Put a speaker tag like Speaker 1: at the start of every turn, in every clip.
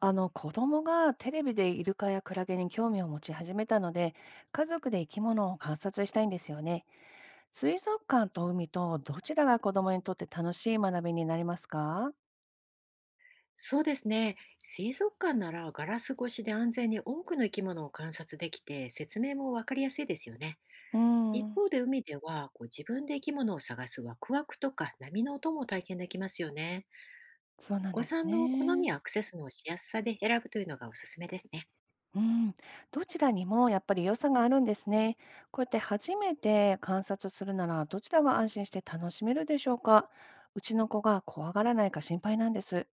Speaker 1: あの子供がテレビでイルカやクラゲに興味を持ち始めたので、家族で生き物を観察したいんですよね。水族館と海とどちらが子供にとって楽しい学びになりますか？
Speaker 2: そうですね。水族館ならガラス越しで安全に多くの生き物を観察できて説明もわかりやすいですよね。
Speaker 1: う
Speaker 2: 一
Speaker 1: ん、
Speaker 2: 方で海では自分で生き物を探すワクワクとか波の音も体験できますよね。
Speaker 1: そうなん
Speaker 2: お子
Speaker 1: で
Speaker 2: さ
Speaker 1: す
Speaker 2: んの好み
Speaker 1: ね。
Speaker 2: やアクセスのしやすさで選ぶというのがおすすめですね。
Speaker 1: うん、どちらにもやっぱり良さがあるんですね。こうやって初めて観察するなら、どちらが安心して楽しめるでしょうか？うちの子が怖がらないか心配なんです。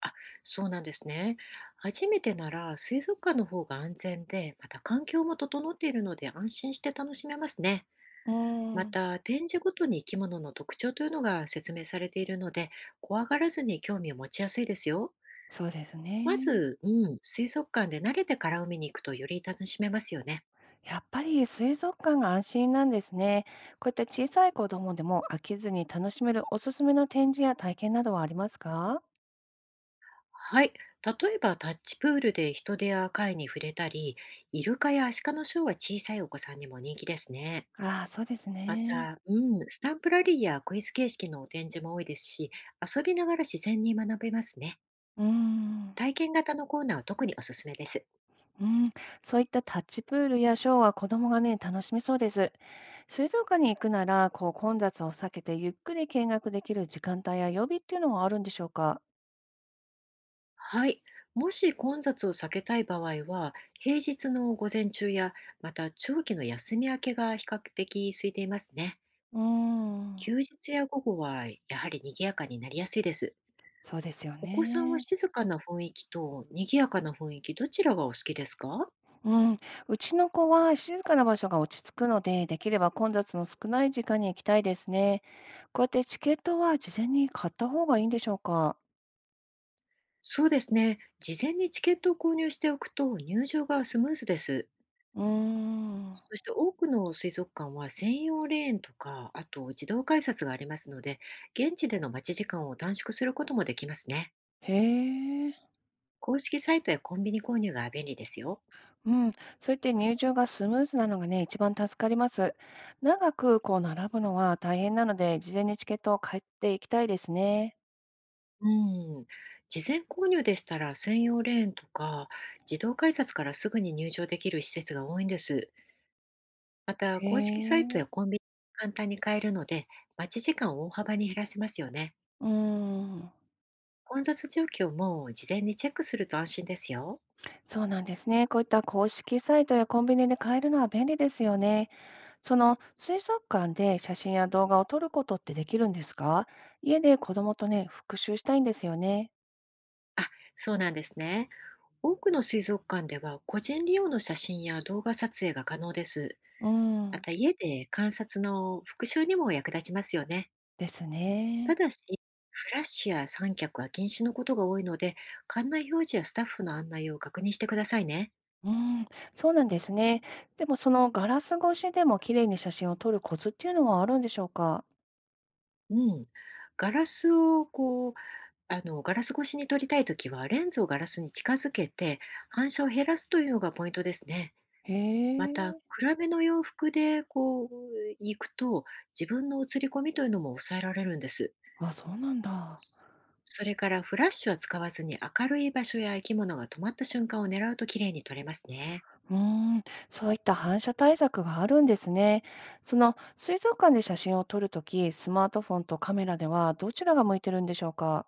Speaker 2: あ、そうなんですね。初めてなら水族館の方が安全で、また環境も整っているので安心して楽しめますね。
Speaker 1: う
Speaker 2: ま
Speaker 1: ん、
Speaker 2: た、展示ごとに生き物の特徴というのが説明されているので、怖がらずに興味を持ちやすいですよ。
Speaker 1: そうです
Speaker 2: ま
Speaker 1: ね。
Speaker 2: ず、水族館で慣れてから海に行くとより楽しめますよね。
Speaker 1: やっぱり水族館が安心なんですね。こういった小さい子供でも飽きずに楽しめるおすすめの展示や体験などはありますか？
Speaker 2: はい。例えば、タッチプールで人手や貝に触れたり、イルカやアシカのショーは小さいお子さんにも人気ですね。
Speaker 1: ああ、そうです
Speaker 2: ま
Speaker 1: ね。
Speaker 2: た、スタンプラリーやクイズ形式の展示も多いですし、遊びながら自然に学べますね。
Speaker 1: うーん。
Speaker 2: 体験型のコーナーは特におすすめです。
Speaker 1: うん、そういったタッチプールやショーは子供がね、楽しめそうです。水族館に行くなら、こう混雑を避けてゆっくり見学できる時間帯や曜日っていうのはあるんでしょうか？
Speaker 2: はい。もし混雑を避けたい場合は、平日の午前中や、また長期の休み明けが比較的空いていますね。
Speaker 1: うーん、
Speaker 2: 休日や午後は、やはり賑やかになりやすいです。
Speaker 1: そうですよ
Speaker 2: お子さんは
Speaker 1: ね。
Speaker 2: 静かな雰囲気と賑やかな雰囲気、どちらがお好きですか？
Speaker 1: うん、うちの子は静かな場所が落ち着くので、できれば混雑の少ない時間に行きたいですね。こうやってチケットは事前に買った方がいいんでしょうか。
Speaker 2: そうですね。事前にチケットを購入しておくと入場がスムーズです。
Speaker 1: うーん。
Speaker 2: そして多くの水族館は専用レーンとか、あと自動改札がありますので、現地での待ち時間を短縮することもできますね。
Speaker 1: へえ。
Speaker 2: 公式サイトやコンビニ購入が便利ですよ。
Speaker 1: うん。そうやって入場がスムーズなのがね、一番助かります。長くこう並ぶのは大変なので、事前にチケットを買っていきたいですね。
Speaker 2: うん。事前購入でしたら専用レーンとか自動改札からすぐに入場できる施設が多いんです。また
Speaker 1: へ
Speaker 2: 公式サイト
Speaker 1: え。
Speaker 2: やコンビニで簡単に買えるので待ち時間を大幅に減らせますよね。
Speaker 1: うん。
Speaker 2: 混雑状況も事前にチェックすると安心ですよ。
Speaker 1: そうなんですね。こういった公式サイトやコンビニで買えるのは便利ですよね。その水族館で写真や動画を撮ることってできるんですか？家で子供とね、復習したいんですよね。
Speaker 2: あ、そうなんですね。多くの水族館では個人利用の写真や動画撮影が可能です。
Speaker 1: う
Speaker 2: ま
Speaker 1: ん、
Speaker 2: た家で観察の復習にも役立ちますよね。
Speaker 1: です
Speaker 2: た
Speaker 1: ね。
Speaker 2: だし、フラッシュや三脚は禁止のことが多いので、館内表示やスタッフの案内を確認してくださいね。
Speaker 1: うん、そうなんですね。でもそのガラス越しでも綺麗に写真を撮るコツっていうのはあるんでしょうか？
Speaker 2: うん。ガラスをガラス越しに撮りたいときは、レンズをガラスに近づけて、反射を減らすというのがポイントですね。
Speaker 1: へ
Speaker 2: また、
Speaker 1: え。
Speaker 2: 暗めの洋服で、行くと、自分の映り込みというのも抑えられるんです。
Speaker 1: あ、そうなんだ。
Speaker 2: それから、フラッシュは使わずに、明るい場所や生き物が止まった瞬間を狙うと綺麗に撮れますね。
Speaker 1: うーん、そういった反射対策があるんですね。その水族館で写真を撮るとき、スマートフォンとカメラではどちらが向いてるんでしょうか？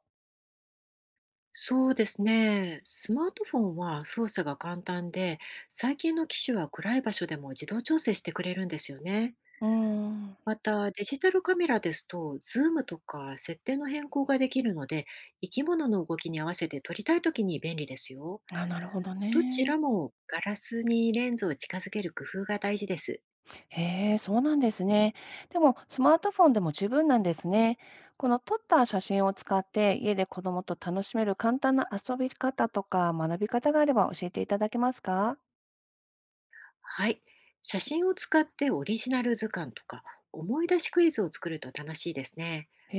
Speaker 2: そうですね。スマートフォンは操作が簡単で、最近の機種は暗い場所でも自動調整してくれるんですよね。
Speaker 1: うーん。
Speaker 2: また、デジタルカメラですと、ズームとか設定の変更ができるので、生き物の動きに合わせて撮りたいときに便利ですよ。
Speaker 1: あ、なるほど
Speaker 2: どち
Speaker 1: ね。
Speaker 2: らもガラスにレンズを近づける工夫が大事です。
Speaker 1: へえ、そうなんですね。でも、スマートフォンでも十分なんですね。この撮った写真を使って、家で子供と楽しめる簡単な遊び方とか学び方があれば教えていただけますか？
Speaker 2: はい。写真を使ってオリジナル図鑑とか、思い出しクイズを作ると楽しいですね。
Speaker 1: へ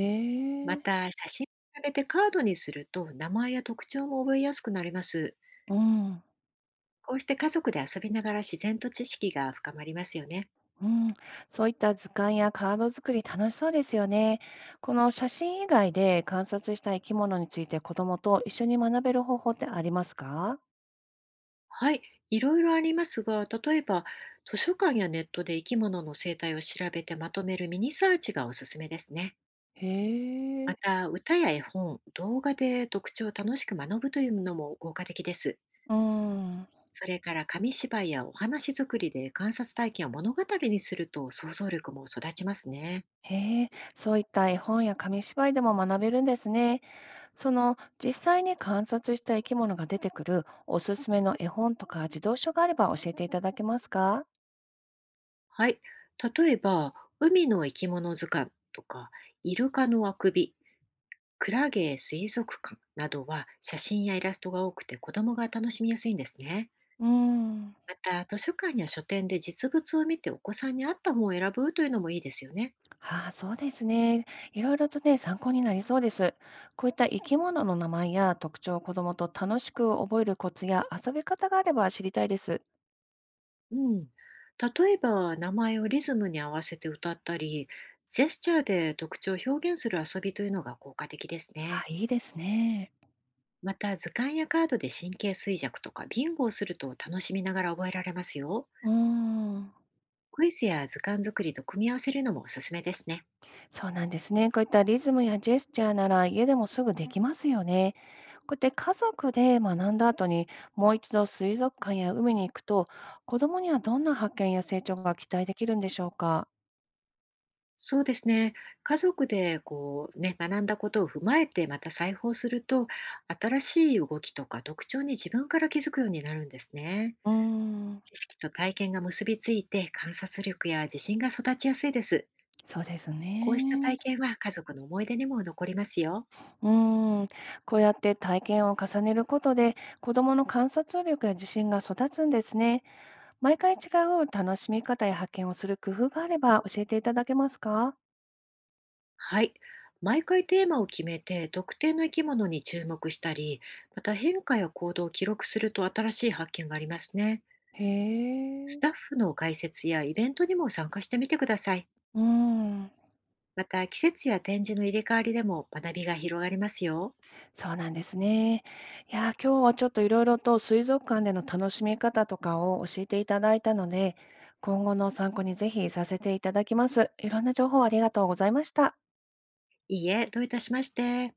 Speaker 2: ま
Speaker 1: え。
Speaker 2: た、写真を上げてカードにすると、名前や特徴も覚えやすくなります。
Speaker 1: うん、
Speaker 2: こうして家族で遊びながら自然と知識が深まりますよね。
Speaker 1: うん。そういった図鑑やカード作り楽しそうですよね。この写真以外で観察した生き物について子供と一緒に学べる方法ってありますか？
Speaker 2: はい、いろいろありますが、例えば、図書館やネットで生き物の生態を調べてまとめるミニサーチがおすすめですね。
Speaker 1: へ
Speaker 2: ま
Speaker 1: え。
Speaker 2: た、歌や絵本、動画で特徴を楽しく学ぶというのも効果的です。
Speaker 1: うん。
Speaker 2: それから紙芝居やお話作りで観察体験を物語にすると想像力も育ちますね。
Speaker 1: へえ。そういった絵本や紙芝居でも学べるんですね。その実際に観察した生き物が出てくるおすすめの絵本とか児童書があれば教えていただけますか？
Speaker 2: はい。例えば、海の生き物図鑑とか、イルカのあくび、クラゲ水族館などは写真やイラストが多くて子供が楽しみやすいんですね。
Speaker 1: うーん、
Speaker 2: また、図書館や書店で実物を見てお子さんに合った本を選ぶというのもいいですよね。
Speaker 1: ああ、そうですね。いろいろとね、参考になりそうです。こういった生き物の名前や特徴を子どもと楽しく覚えるコツや遊び方があれば知りたいです。
Speaker 2: うん。例えば、名前をリズムに合わせて歌ったり、ジェスチャーで特徴を表現する遊びというのが効果的です
Speaker 1: あ、
Speaker 2: ね。
Speaker 1: いいですね。
Speaker 2: また、図鑑やカードで神経衰弱とかビンゴをすると楽しみながら覚えられますよ。
Speaker 1: うーん、
Speaker 2: クイズや図鑑作りと組み合わせるのもおすすめですね。
Speaker 1: そうなんですね。こういったリズムやジェスチャーなら家でもすぐできますよね。こうやって家族で学んだ後に、もう一度水族館や海に行くと、子供にはどんな発見や成長が期待できるんでしょうか？
Speaker 2: そうですね。家族で学んだことを踏まえてまた裁縫すると、新しい動きとか特徴に自分から気づくようになるんですね。
Speaker 1: うーん、
Speaker 2: 知識と体験が結びついて観察力や自信が育ちやすいです。
Speaker 1: そうです
Speaker 2: こうした体
Speaker 1: ね。
Speaker 2: 験は家族の思い出にも残りますよ。
Speaker 1: うーん、こうやって体験を重ねることで、子供の観察力や自信が育つんですね。毎回違う楽しみ方や発見をする工夫があれば教えていただけますか？
Speaker 2: はい。毎回テーマを決めて特定の生き物に注目したり、また変化や行動を記録すると新しい発見がありますね。
Speaker 1: へ
Speaker 2: ス
Speaker 1: え。
Speaker 2: タッフの解説やイベントにも参加してみてください。
Speaker 1: うーん。
Speaker 2: また、季節や展示の入れ替わりでも学びが広がりますよ。
Speaker 1: そうなんですね。いやー、今日はちょっといろいろと水族館での楽しみ方とかを教えていただいたので、今後の参考にぜひさせていただきます。いろんな情報ありがとうございました。
Speaker 2: いいえ、どういたしまして。